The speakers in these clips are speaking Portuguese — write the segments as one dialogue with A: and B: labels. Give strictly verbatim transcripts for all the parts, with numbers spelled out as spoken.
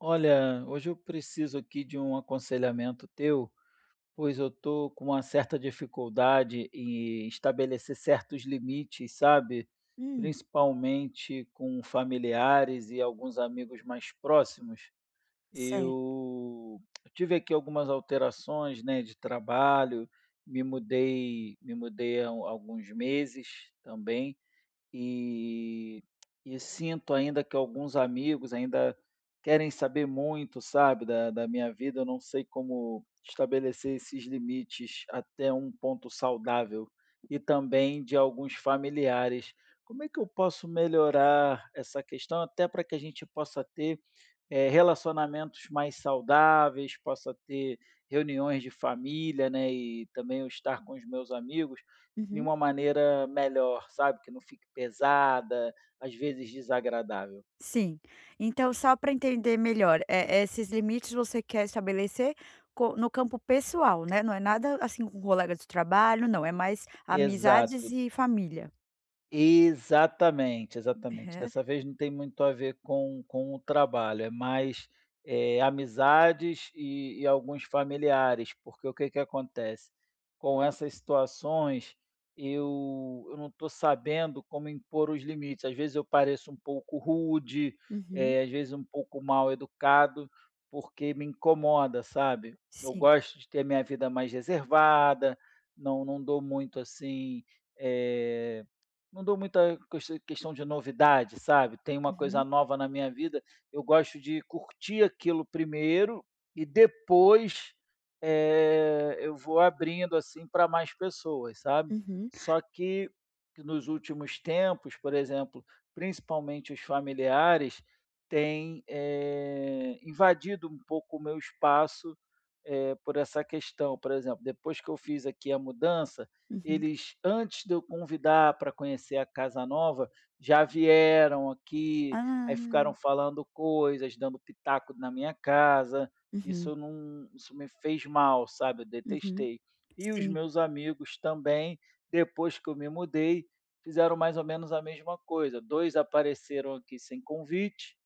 A: Olha, hoje eu preciso aqui de um aconselhamento teu, pois eu estou com uma certa dificuldade em estabelecer certos limites, sabe?
B: Hum,
A: Principalmente com familiares e alguns amigos mais próximos.
B: certo.
A: Eu eu tive aqui algumas alterações, né, de trabalho, me mudei, me mudei há um, alguns meses também e e sinto ainda que alguns amigos ainda querem saber muito, sabe, da da minha vida. Eu não sei como estabelecer esses limites até um ponto saudável, e também de alguns familiares. Como é que eu posso melhorar essa questão, até para que a gente possa ter eh, relacionamentos mais saudáveis, possa ter reuniões de família, né, e também eu estar com os meus amigos de
B: Uhum,
A: uma maneira melhor, sabe, que não fique pesada, às vezes desagradável.
B: sim. Então, só para entender melhor, é é, esses limites você quer estabelecer co no campo pessoal, né? Não é nada, assim, com colega de trabalho, não, é mais amizades
A: Exato.
B: e família.
A: Exatamente, exatamente.
B: Aham.
A: Dessa vez não tem muito a ver com com o trabalho, é mais, eh, amizades e e alguns familiares, porque o que que acontece? Com essas situações, eu eu não estou sabendo como impor os limites. Às vezes eu pareço um pouco rude,
B: Uhum.
A: eh, às vezes um pouco mal educado, porque me incomoda, sabe. Eu
B: Sim.
A: gosto de ter minha vida mais reservada, não não dou muito assim, eh não dou muita questi questão de novidade, sabe. Tem uma coisa
B: Uhum,
A: nova na minha vida, eu gosto de curtir aquilo primeiro e depois, eh, eu vou abrindo, assim, para mais pessoas, sabe.
B: uhum,
A: Só que que nos últimos tempos, por exemplo, principalmente os familiares, têm, eh, invadido um pouco o meu espaço, eh, por essa questão. Por exemplo, depois que eu fiz aqui a mudança,
B: uhum.
A: eles, antes de eu convidar para conhecer a casa nova, já vieram aqui,
B: Ah.
A: aí ficaram falando coisas, dando pitaco na minha casa.
B: Uhum.
A: Isso não isso me fez mal, sabe, eu
B: Uhum,
A: detestei. E os
B: sim.
A: meus amigos também, depois que eu me mudei, fizeram mais ou menos a mesma coisa. Dois apareceram aqui sem convite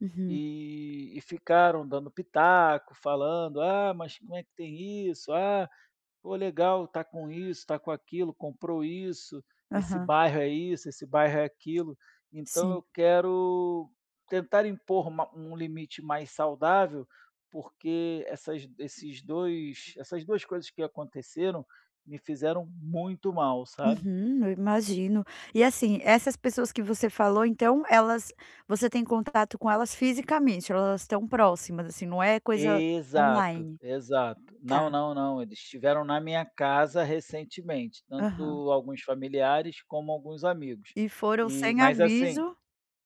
B: Uhum.
A: e e ficaram dando pitaco, falando: "Ah, mas como é que tem isso? Ah". Pô, legal, tá com isso, tá com aquilo, comprou isso, esse
B: Aham,
A: bairro é isso, esse bairro é aquilo. Então eu
B: sim.
A: quero tentar impor uma- um limite mais saudável, porque essas, esses dois, essas duas coisas que aconteceram me fizeram muito mal, sabe?
B: Uhum, eu imagino. E, assim, essas pessoas que você falou, então, elas você tem contato com elas fisicamente, elas estão próximas, assim, não é coisa
A: Exato,
B: online?
A: exato.
B: Tá.
A: Não, não, não. Eles estiveram na minha casa recentemente, tanto
B: Aham.
A: alguns familiares como alguns amigos.
B: E foram
A: E,
B: sem
A: mas assim,
B: aviso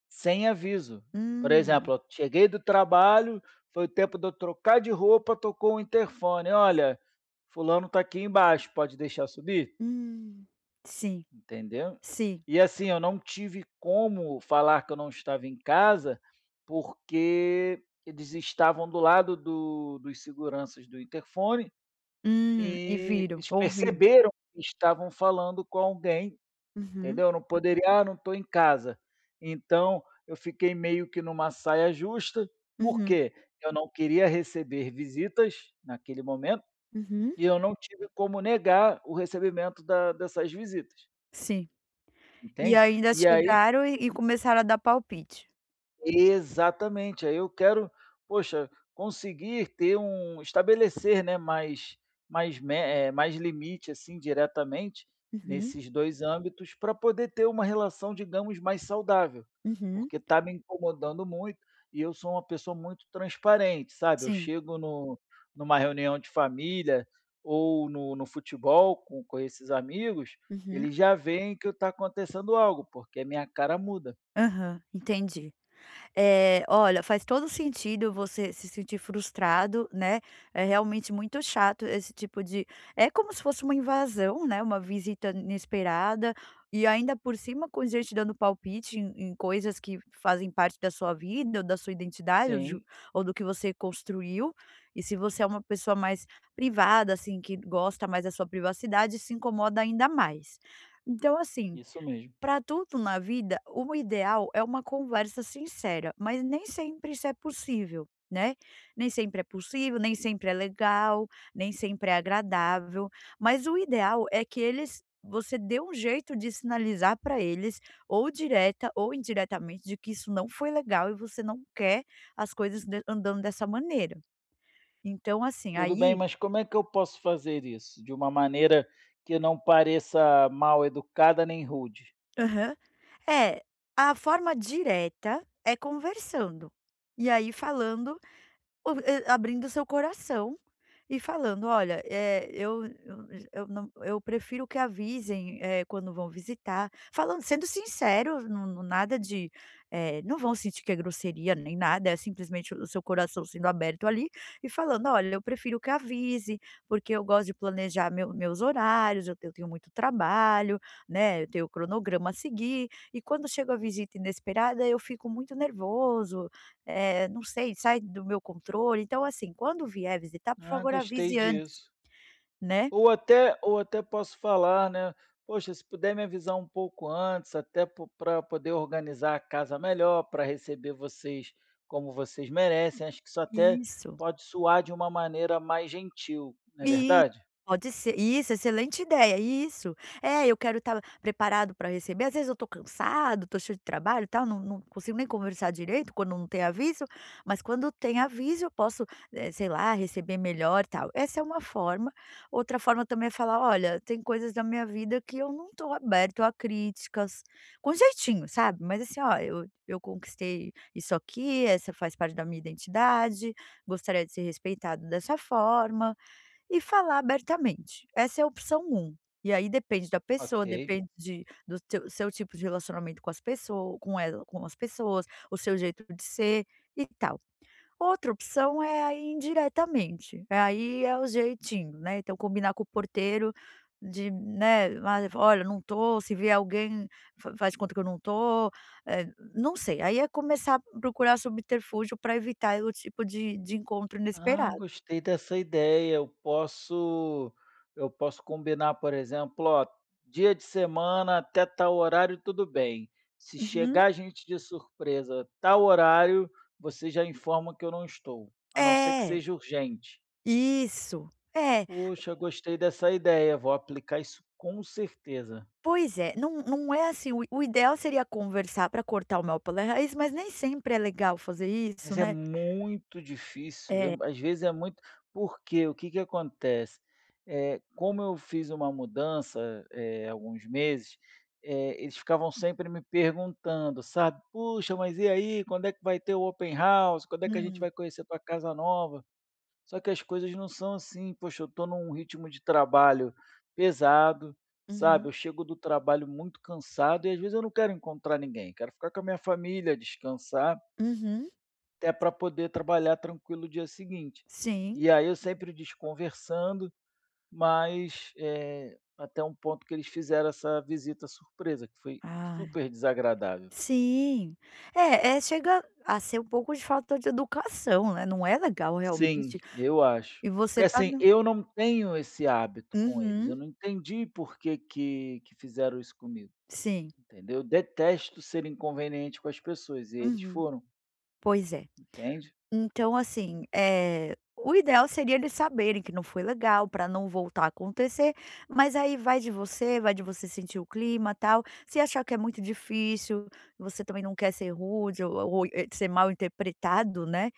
A: sem aviso. Por
B: hum,
A: exemplo, eu cheguei do trabalho, foi o tempo de eu trocar de roupa, tocou o interfone: "Olha, fulano está aqui embaixo, pode deixar subir?",
B: hum. Sim,
A: entendeu.
B: sim.
A: E assim, eu não tive como falar que eu não estava em casa, porque eles estavam do lado do dos seguranças do interfone,
B: Hum, e
A: e
B: viram,
A: eles
B: ouviram.
A: perceberam que estavam falando com alguém.
B: Uhum,
A: Entendeu? Eu não poderia: "Ah, não estou em casa". Então, eu fiquei meio que numa saia justa,
B: uhum,
A: porque eu não queria receber visitas naquele momento
B: uhum,
A: e eu não tive como negar o recebimento da dessas visitas,
B: sim. E
A: entende?
B: ainda
A: E aí.
B: chegaram e e começaram a dar palpite.
A: Exatamente, aí eu quero, poxa, conseguir ter um estabelecer, né, mais mais me eh, mais limite, assim, diretamente
B: Uhum,
A: nesses dois âmbitos para poder ter uma relação, digamos, mais saudável,
B: uhum,
A: porque está me incomodando muito e eu sou uma pessoa muito transparente, sabe. Eu
B: sim.
A: chego no numa reunião de família ou no no futebol com com esses amigos,
B: Uhum.
A: eles já veem que está acontecendo algo, porque a minha cara muda.
B: Aham, entendi. Eh, olha, faz todo sentido você se sentir frustrado, né? É realmente muito chato esse tipo de é como se fosse uma invasão, né, uma visita inesperada, e ainda por cima com gente dando palpite em em coisas que fazem parte da sua vida ou da sua identidade ou de
A: Sim,
B: ou do que você construiu, e se você é uma pessoa mais privada, assim, que gosta mais da sua privacidade, se incomoda ainda mais. Então, assim,
A: isso mesmo.
B: para tudo na vida, o ideal é uma conversa sincera, mas nem sempre isso é possível, né. Nem sempre é possível, nem sempre é legal, nem sempre é agradável, mas o ideal é que eles você dê um jeito de sinalizar para eles, ou direta ou indiretamente, de que isso não foi legal e você não quer as coisas de andando dessa maneira. Então, assim,
A: Tudo bem,
B: aí
A: mas como é que eu posso fazer isso de uma maneira que não pareça mal educada nem rude?
B: aham. É, a forma direta é conversando, e aí falando O eh, abrindo seu coração e falando: "Olha, eh, eu eu eu não eu prefiro que avisem, eh, quando vão visitar", falando sendo sincero, não não nada de, eh, não vão sentir que é grosseria nem nada, é simplesmente o seu coração sendo aberto ali e falando: "Olha, eu prefiro que avise, porque eu gosto de planejar meu meus horários, eu te- eu tenho muito trabalho, né, eu tenho o cronograma a seguir, e quando chega a visita inesperada eu fico muito nervoso, eh, não sei, sai do meu controle. Então, assim, quando vier visitar, por
A: Ah,
B: favor,
A: gostei
B: avise antes,
A: disso.
B: né.
A: Ou até ou até posso falar, né: "Poxa, se puder me avisar um pouco antes, até para poder organizar a casa melhor, para receber vocês como vocês merecem", acho que isso até
B: Isso.
A: pode soar de uma maneira mais gentil, não é
B: Isso,
A: verdade?
B: pode ser. Isso, excelente ideia, isso. É, eu quero estar preparado para receber. Às vezes eu estou cansado, estou cheio de trabalho e tal, não não consigo nem conversar direito quando não tem aviso, mas quando tem aviso eu posso, eh, sei lá, receber melhor e tal. Essa é uma forma. Outra forma também é falar: "Olha, tem coisas da minha vida que eu não estou aberto a críticas", com jeitinho, sabe, mas assim: "Ó, eu eu conquistei isso aqui, essa faz parte da minha identidade, gostaria de ser respeitado dessa forma". E falar abertamente, essa é a opção um. E aí depende da pessoa,
A: Ok.
B: depende de do teu seu tipo de relacionamento com as pessoas com ela com as pessoas, o seu jeito de ser e tal. Outra opção é aí indiretamente, é aí é o jeitinho, né, então combinar com o porteiro de, né, "Ai, olha, não tô", se vier alguém fa faz de conta que eu não tô, eh, não sei, aí é começar a procurar subterfúgio para evitar o tipo de de encontro
A: Ah,
B: inesperado.
A: gostei dessa ideia. Eu posso eu posso combinar, por exemplo, ó, dia de semana até tal horário, tudo bem. Se
B: Uhum.
A: chegar gente de surpresa, tal horário, você já informa que eu não estou, a não ser que
B: É.
A: seja urgente.
B: Isso. É,
A: Puxa, gostei dessa ideia. Vou aplicar isso com certeza.
B: pois é, não não é assim, o o ideal seria conversar para cortar o mel pela raiz, mas nem sempre é legal fazer isso,
A: Mas é
B: né.
A: muito difícil,
B: É.
A: é, às vezes é muito, porque o que que acontece? É como eu fiz uma mudança, eh, alguns meses, eh, eles ficavam sempre me perguntando, sabe: "Puxa, mas e aí, quando é que vai ter o open house? Quando é que a gente
B: Hum.
A: vai conhecer a tua casa nova?". Só que as coisas não são assim, poxa, eu estou num ritmo de trabalho pesado, sabe,
B: Uhum.
A: eu chego do trabalho muito cansado e às vezes eu não quero encontrar ninguém, quero ficar com a minha família, descansar.
B: Uhum.
A: Até para poder trabalhar tranquilo o dia seguinte.
B: Sim.
A: E aí eu sempre desconversando, mas, eh, até um ponto que eles fizeram essa visita surpresa, que foi
B: Ah,
A: super desagradável.
B: sim. É é, chega a ser um pouco de falta de educação, né, não é legal
A: Sim,
B: realmente,
A: eu acho.
B: e você
A: Porque,
B: tá
A: assim,
B: na
A: eu não tenho esse hábito com eles,
B: Uhum.
A: eu não entendi por que que que fizeram isso comigo,
B: Sim.
A: entendeu? Eu detesto ser inconveniente com as pessoas, e eles
B: Uhum.
A: foram,
B: Pois é.
A: entende?
B: Então, assim, é o ideal seria eles saberem que não foi legal para não voltar a acontecer, mas aí vai de você, vai de você sentir o clima, tal. Se achar que é muito difícil, você também não quer ser rude ou ou, eh, ser mal interpretado, né.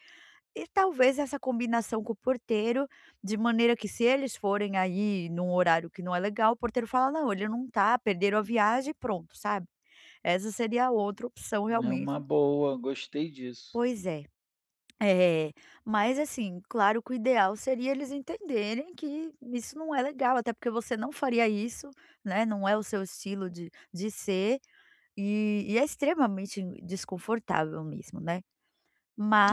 B: E talvez essa combinação com o porteiro, de maneira que se eles forem aí num horário que não é legal, o porteiro fala: "Não, ele não tá, perderam a viagem", e pronto, sabe. Essa seria a outra opção
A: É
B: realmente.
A: uma boa, gostei disso.
B: Pois é. É, mas assim, claro que o ideal seria eles entenderem que isso não é legal, até porque você não faria isso, né? Não é o seu estilo de, de ser e, e é extremamente desconfortável mesmo, né?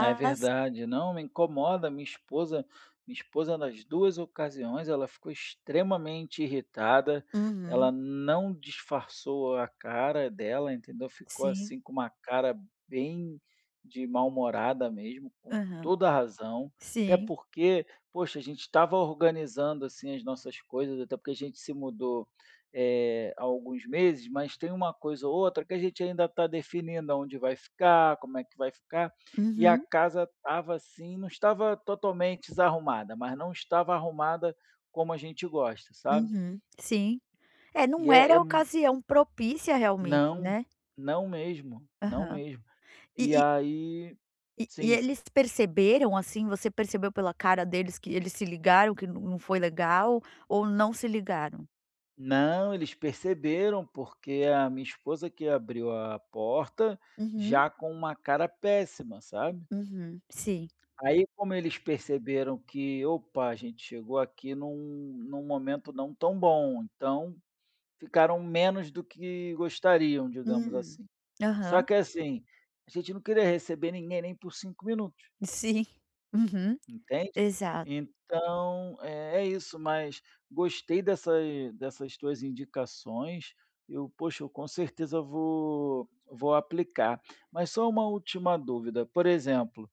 A: É verdade. Não, me incomoda. Minha esposa minha esposa nas duas ocasiões, ela ficou extremamente irritada,
B: uhum,
A: ela não disfarçou a cara dela, entendeu, ficou,
B: sim,
A: assim, com uma cara bem de mal-humorada mesmo, com
B: aham,
A: toda a razão. Até
B: sim,
A: porque, poxa, a gente estava organizando, assim, as nossas coisas, até porque a gente se mudou, eh, há alguns meses, mas tem uma coisa ou outra que a gente ainda está definindo aonde vai ficar, como é que vai ficar. E a
B: uhum,
A: casa estava assim, não estava totalmente desarrumada, mas não estava arrumada como a gente gosta, sabe.
B: uhum, sim. É,
A: E
B: não
A: é
B: era
A: é
B: a
A: mu
B: ocasião propícia realmente,
A: Não,
B: né?
A: não mesmo, não
B: Aham.
A: mesmo. E
B: E,
A: aí
B: E e
A: sim, s
B: eles perceberam, assim, você percebeu pela cara deles que eles se ligaram que não não foi legal ou não se ligaram?
A: não, eles perceberam, porque a minha esposa que abriu a porta,
B: Uhum,
A: já com uma cara péssima, sabe.
B: uhum. Sim.
A: Aí como eles perceberam que: "Opa, a gente chegou aqui num num momento não tão bom", então ficaram menos do que gostariam, digamos
B: Hum.
A: assim. Só
B: Aham.
A: que assim, a gente não queria receber ninguém nem por cinco minutos,
B: Sim. Uhum,
A: entende?
B: exato.
A: Então, é é isso, mas gostei dessa dessas tuas indicações. Eu, poxa, eu com certeza vou vou aplicar. Mas só uma última dúvida, por exemplo,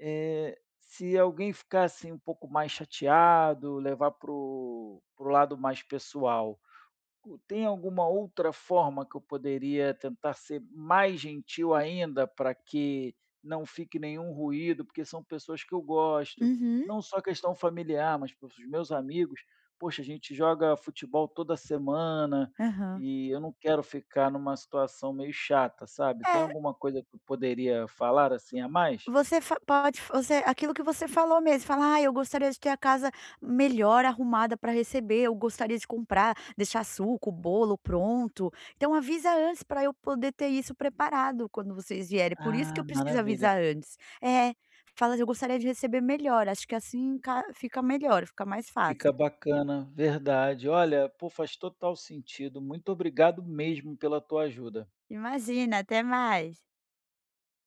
A: eh, se alguém ficar, assim, um pouco mais chateado, levar para o para o lado mais pessoal, tem alguma outra forma que eu poderia tentar ser mais gentil ainda para que não fique nenhum ruído, porque são pessoas que eu gosto,
B: Uhum.
A: não só questão familiar, mas para os meus amigos. Poxa, a gente joga futebol toda semana
B: Aham.
A: e eu não quero ficar numa situação meio chata, sabe? Tem alguma coisa que eu poderia falar assim a mais?
B: Você fa pode você Aquilo que você falou mesmo, falar "Ah, eu gostaria de ter a casa melhor arrumada para receber, eu gostaria de comprar, deixar suco, bolo pronto". Então avisa antes para eu poder ter isso preparado quando vocês vierem, por isso que
A: Ah,
B: eu preciso
A: maravilha.
B: avisar antes. É, fala: "Eu gostaria de receber melhor, acho que assim ca fica melhor, fica mais fácil".
A: Fica bacana, verdade. Olha, pô, faz total sentido. Muito obrigado mesmo pela tua ajuda.
B: Imagina, até mais.